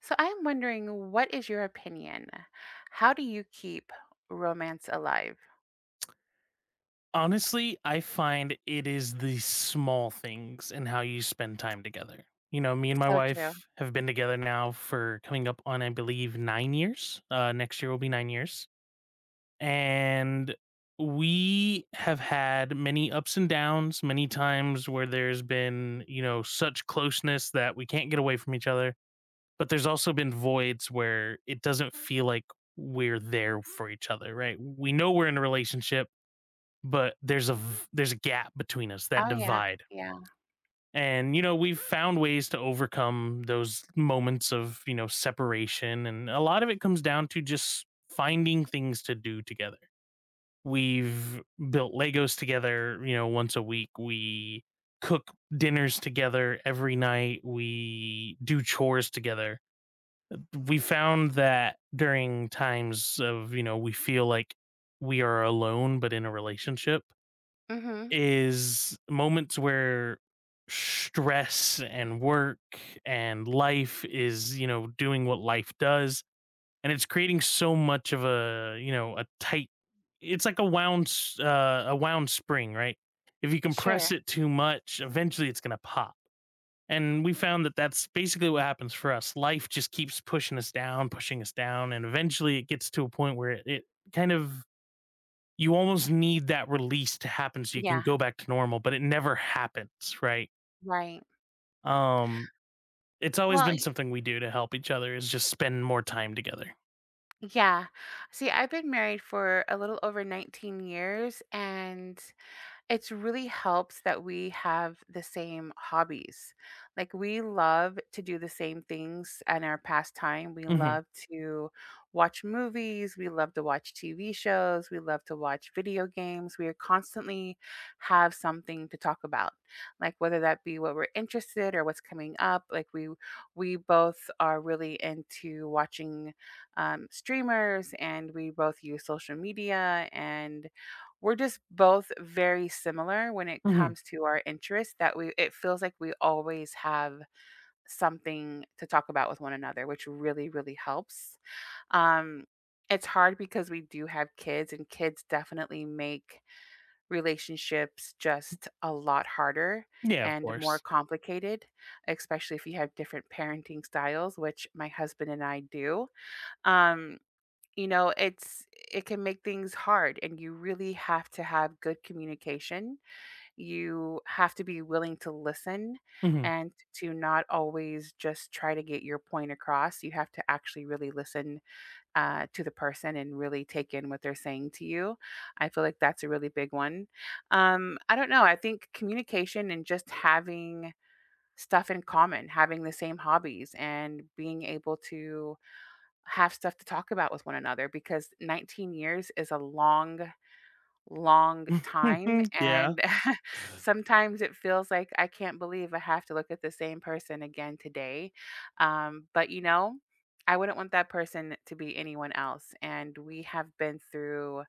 So I am wondering, what is your opinion? How do you keep romance alive? Honestly, I find it is the small things and how you spend time together. Me and my So true. wife have been together now for coming up on, I believe, 9 years. Next year will be 9 years. And we have had many ups and downs, many times where there's been, such closeness that we can't get away from each other. But there's also been voids where it doesn't feel like we're there for each other, right? We know we're in a relationship but there's a gap between us that Oh yeah, divide. yeah. And we've found ways to overcome those moments of separation, and a lot of it comes down to just finding things to do together. We've built Legos together. Once a week we cook dinners together. Every night we do chores together. We found that during times of, we feel like we are alone but in a relationship, Mhm. is moments where stress and work and life is, doing what life does, and it's creating so much of a, a tight, it's like a wound a wound spring, right? If you compress Sure. it too much, eventually it's going to pop. And we found that that's basically what happens for us. Life just keeps pushing us down, pushing us down, and eventually it gets to a point where it kind of, you almost need that release to happen so you can Yeah. go back to normal, but it never happens, right? Right. Um, it's always Well, been y- something we do to help each other is just spend more time together. yeah. See, I've been married for a little over 19 years and it's really helps that we have the same hobbies. Like we love to do the same things in our pastime. We Mhm. love to watch movies, we love to watch TV shows, we love to watch video games. We are constantly have something to talk about. Like whether that be what we're interested or what's coming up, like we both are really into watching streamers, and we both use social media, and we're just both very similar when it Mhm. comes to our interests that we it feels like we always have something to talk about with one another, which really, really helps. Um, it's hard because we do have kids, and kids definitely make relationships just a lot harder Yeah, of and more course. complicated, especially if you have different parenting styles, which my husband and I do. Um, you know, it can make things hard, and you really have to have good communication. You have to be willing to listen Mhm. and to not always just try to get your point across. You have to actually really listen to the person and really take in what they're saying to you. I feel like that's a really big one. I don't know. I think communication and just having stuff in common, having the same hobbies, and being able to have stuff to talk about with one another, because 19 years is a long, long time, Mhm. Yeah. and sometimes it feels like I can't believe I have to look at the same person again today. But you know, I wouldn't want that person to be anyone else, and we have been through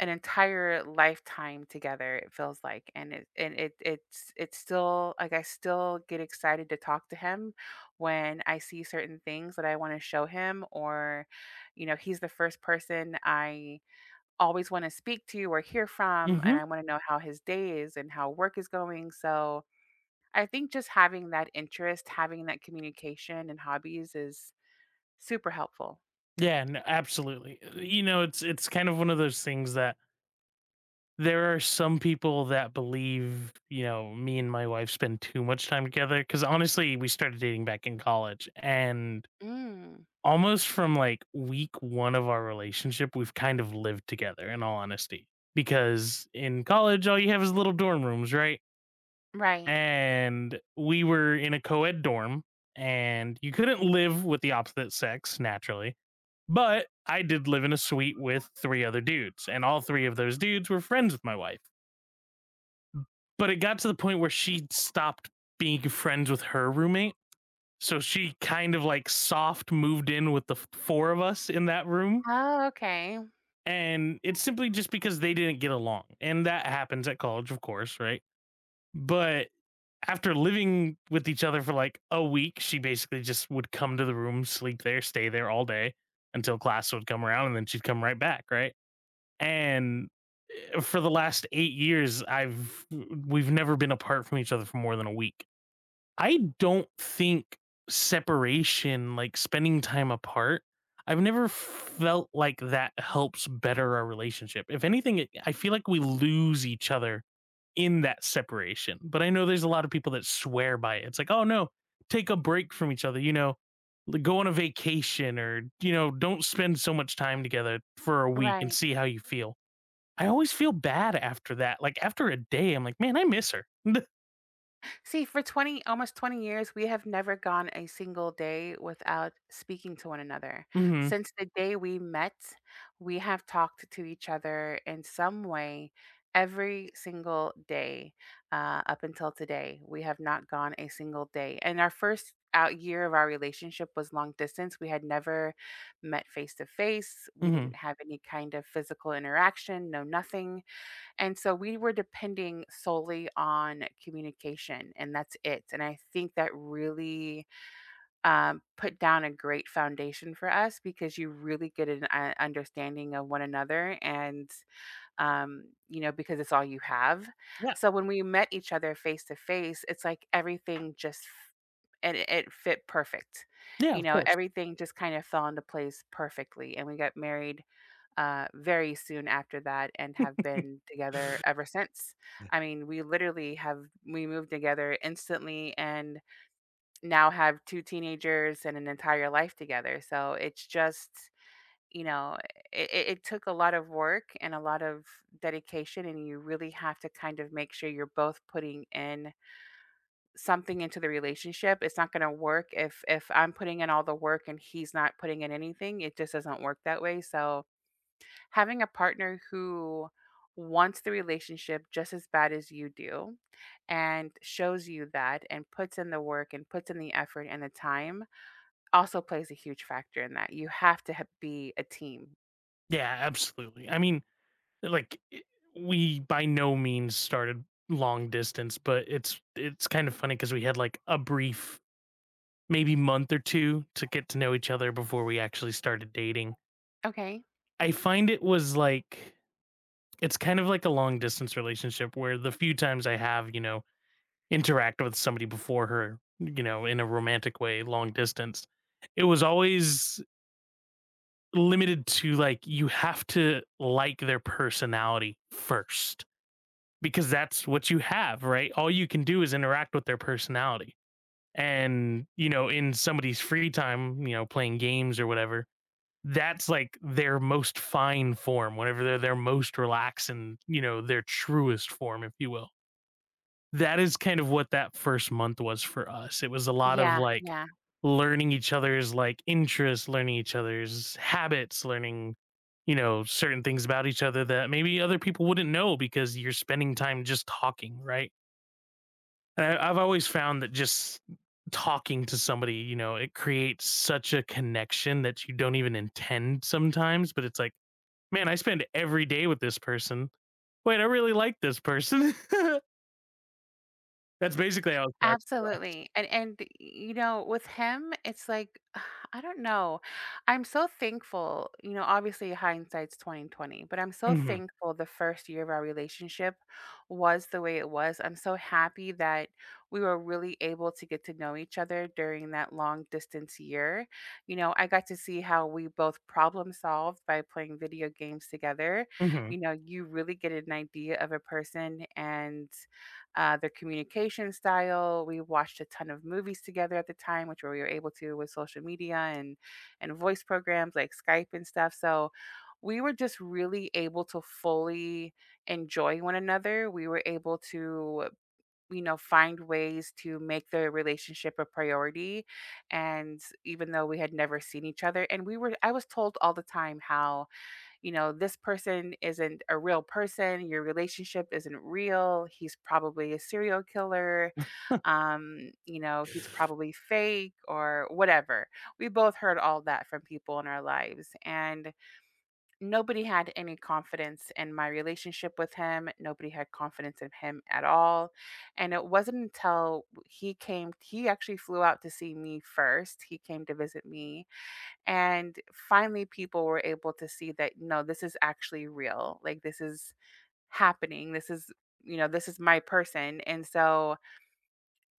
an entire lifetime together it feels like, and it's still like I still get excited to talk to him when I see certain things that I want to show him. Or you know, he's the first person I always want to speak to or hear from, Mhm. and I want to know how his day is and how work is going. So I think just having that interest, having that communication and hobbies, is super helpful. Yeah, no, absolutely. You know, it's kind of one of those things that there are some people that believe, me and my wife spend too much time together, cuz honestly, we started dating back in college, and Mm, almost from like week one of our relationship, we've kind of lived together in all honesty. Because in college, all you have is little dorm rooms, right? right. And we were in a co ed dorm, and you couldn't live with the opposite sex naturally. But I did live in a suite with three other dudes, and all three of those dudes were friends with my wife. But it got to the point where she stopped being friends with her roommate. So she kind of like soft moved in with the four of us in that room, Oh, okay. and it's simply just because they didn't get along, and that happens at college, of course, right? But after living with each other for like a week, she basically just would come to the room, sleep there, stay there all day until class would come around, and then she'd come right back, right? And for the last 8 years I've we've never been apart from each other for more than a week, I don't think. Separation, like spending time apart, I've never felt like that helps better our relationship. If anything, I feel like we lose each other in that separation. But I know there's a lot of people that swear by it. It's like, oh no, take a break from each other, go on a vacation, or, don't spend so much time together for a week and Right. see how you feel. I always feel bad after that. Like, after a day, I'm like, man, I miss her. See, for 20, almost 20 years, we have never gone a single day without speaking to one another. hmm Since the day we met, we have talked to each other in some way every single day, up until today. We have not gone a single day. And our first out year of our relationship was long distance. We had never met face to face. We hmm didn't have any kind of physical interaction, no nothing, and so we were depending solely on communication, and that's it. And I think that really put down a great foundation for us, because you really get an understanding of one another, and you know, because it's all you have. So when we met each other face to face, it's like everything just and it fit perfect. Yeah, You of know, course. everything just kind of fell into place perfectly, and we got married very soon after that and have been together ever since. I mean, we literally have we moved together instantly and now have two teenagers and an entire life together. So it's just, you know, it took a lot of work and a lot of dedication, and you really have to kind of make sure you're both putting in something into the relationship. It's not going to work if I'm putting in all the work and he's not putting in anything. It just doesn't work that way. So having a partner who wants the relationship just as bad as you do, and shows you that and puts in the work and puts in the effort and the time, also plays a huge factor in that. You have to be a team. Yeah, absolutely. I mean, like i- we by no means started long distance, but it's kind of funny because we had like a brief maybe month or two to get to know each other before we actually started dating. Okay. I find it was like, it's kind of like a long distance relationship, where the few times I have, interact with somebody before her, in a romantic way, long distance, it was always limited to, like, you have to like their personality first, because that's what you have, right? All you can do is interact with their personality. And, in somebody's free time, playing games or whatever, that's like their most fine form, whenever they're their most relaxed and, their truest form, if you will. That is kind of what that first month was for us. It was a lot of Yeah. like Yeah. learning each other's like interests, learning each other's habits, learning, certain things about each other that maybe other people wouldn't know, because you're spending time just talking, right? And I've always found that just talking to somebody, it creates such a connection that you don't even intend sometimes, but it's like, man, I spend every day with this person. Wait, I really like this person. That's basically how it started for us. Absolutely. And you know, with him, it's like, I don't know. I'm so thankful, you know, obviously hindsight's 20/20, but I'm so Mhm. thankful the first year of our relationship was the way it was. I'm so happy that we were really able to get to know each other during that long distance year. You know, I got to see how we both problem solved by playing video games together. Mhm. You know, you really get an idea of a person and their communication style. We watched a ton of movies together at the time, which we were able to with social media and voice programs like Skype and stuff. So we were just really able to fully enjoy one another. We were able to, you know, find ways to make the relationship a priority. And even though we had never seen each other, and we were I was told all the time how, you know, this person isn't a real person, your relationship isn't real, he's probably a serial killer, you know, he's probably fake or whatever. We both heard all that from people in our lives, and nobody had any confidence in my relationship with him. Nobody had confidence in him at all. And it wasn't until he actually flew out to see me first. He came to visit me, and finally, people were able to see that no, this is actually real. Like, this is happening. This is, you know, this is my person. And so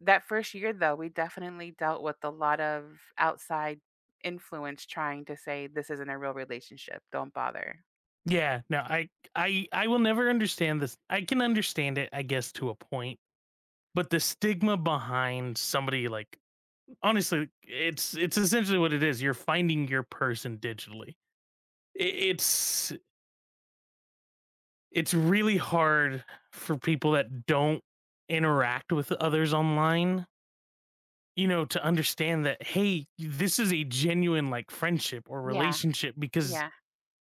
that first year, though, we definitely dealt with a lot of outside influence trying to say, this isn't a real relationship. Don't bother. Yeah, no, I I will never understand this. I can understand it, I guess, to a point, but the stigma behind somebody, like, honestly, it's essentially what it is. You're finding your person digitally. I it's really hard for people that don't interact with others online, to understand that, hey, this is a genuine like friendship or Yeah, relationship. Because yeah,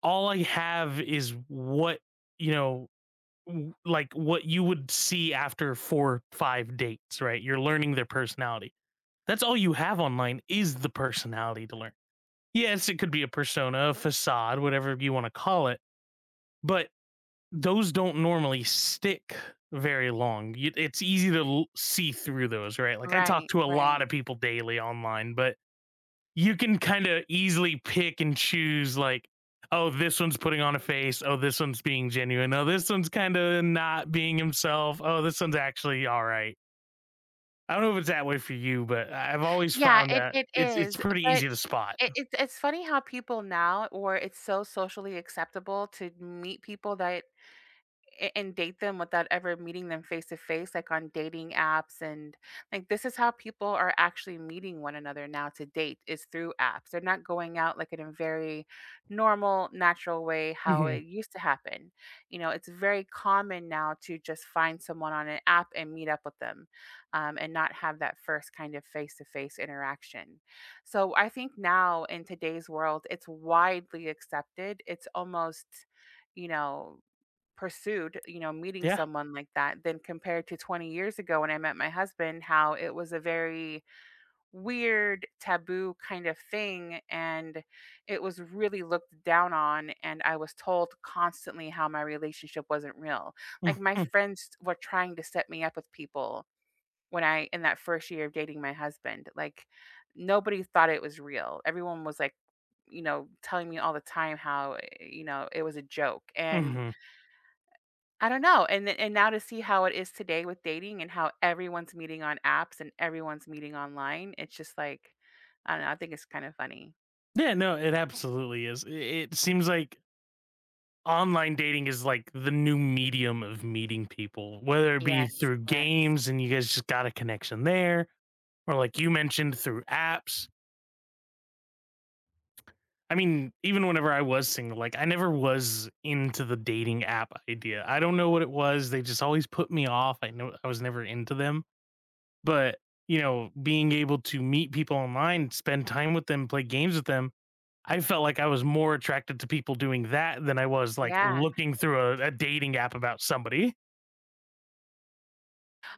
all I have is what, you know, like what you would see after 4 5 dates, right? You're learning their personality. That's all you have online is the personality to learn. Yes, it could be a persona, a facade, whatever you want to call it, but those don't normally stick very long. It's easy to see through those, right? Like, I talk right, to a right. lot of people daily online, but you can kind of easily pick and choose, like, oh, this one's putting on a face, oh, this one's being genuine, oh, this one's kind of not being himself, oh, this one's actually all right. I don't know if it's that way for you, but I've always Yeah, found it, that it it's is. pretty But easy to spot. It's funny how people now, or it's so socially acceptable to meet people that and date them without ever meeting them face to face, like on dating apps. And like, this is how people are actually meeting one another now to date, is through apps. They're not going out like in a very normal, natural way, how Hmm it used to happen. You know, it's very common now to just find someone on an app and meet up with them, and not have that first kind of face to face interaction. So I think now in today's world, it's widely accepted. It's almost, you know, pursued, you know, meeting yeah someone like that, than compared to 20 years ago when I met my husband, how it was a very weird, taboo kind of thing. And it was really looked down on. And I was told constantly how my relationship wasn't real. Like my friends were trying to set me up with people when I, in that first year of dating my husband, like nobody thought it was real. Everyone was like, you know, telling me all the time how, eh, you know, it was a joke. And hmm I don't know, and now to see how it is today with dating and how everyone's meeting on apps and everyone's meeting online, it's just like, I don't know, I think it's kind of funny. Yeah, no, it absolutely is. It seems like online dating is like the new medium of meeting people, whether it be Yes, through yes. games and you guys just got a connection there, or like you mentioned, through apps. I mean, even whenever I was single, like, I never was into the dating app idea. I don't know what it was. They just always put me off. I know I was never into them. But, being able to meet people online, spend time with them, play games with them, I felt like I was more attracted to people doing that than I was like Yeah. looking through a dating app about somebody.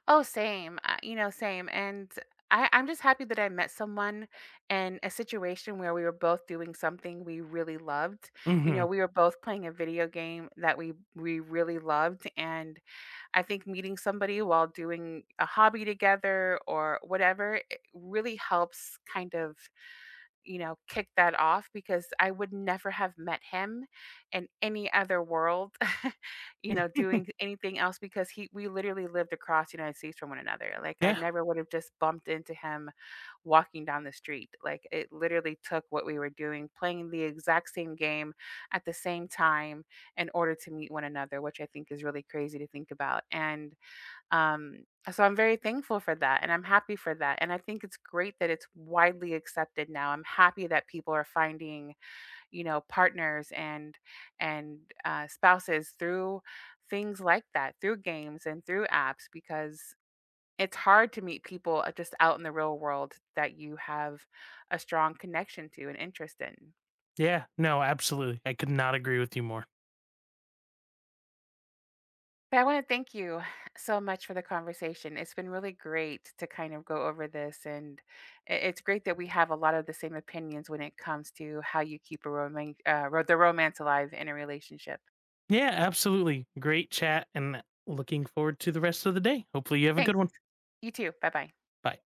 Oh, same, you know, same, and I'm just happy that I met someone in a situation where we were both doing something we really loved. You Hmm know, we were both playing a video game that we really loved, and I think meeting somebody while doing a hobby together or whatever, it really helps kind of, you know, kick that off, because I would never have met him in any other world, you know, doing anything else, because he we literally lived across the United States from one another. Like I Yeah. never would have just bumped into him walking down the street. Like it literally took what we were doing, playing the exact same game at the same time, in order to meet one another, which I think is really crazy to think about. And um, so I'm very thankful for that, and I'm happy for that. And I think it's great that it's widely accepted now. I'm happy that people are finding, you know, partners and spouses through things like that, through games and through apps, because it's hard to meet people just out in the real world that you have a strong connection to and interest in. Yeah. No, absolutely. I could not agree with you more. But I want to thank you so much for the conversation. It's been really great to kind of go over this. And it's great that we have a lot of the same opinions when it comes to how you keep the romance alive in a relationship. Yeah, absolutely. Great chat, and looking forward to the rest of the day. Hopefully you have a good Thanks. one. You too. Bye bye. Bye.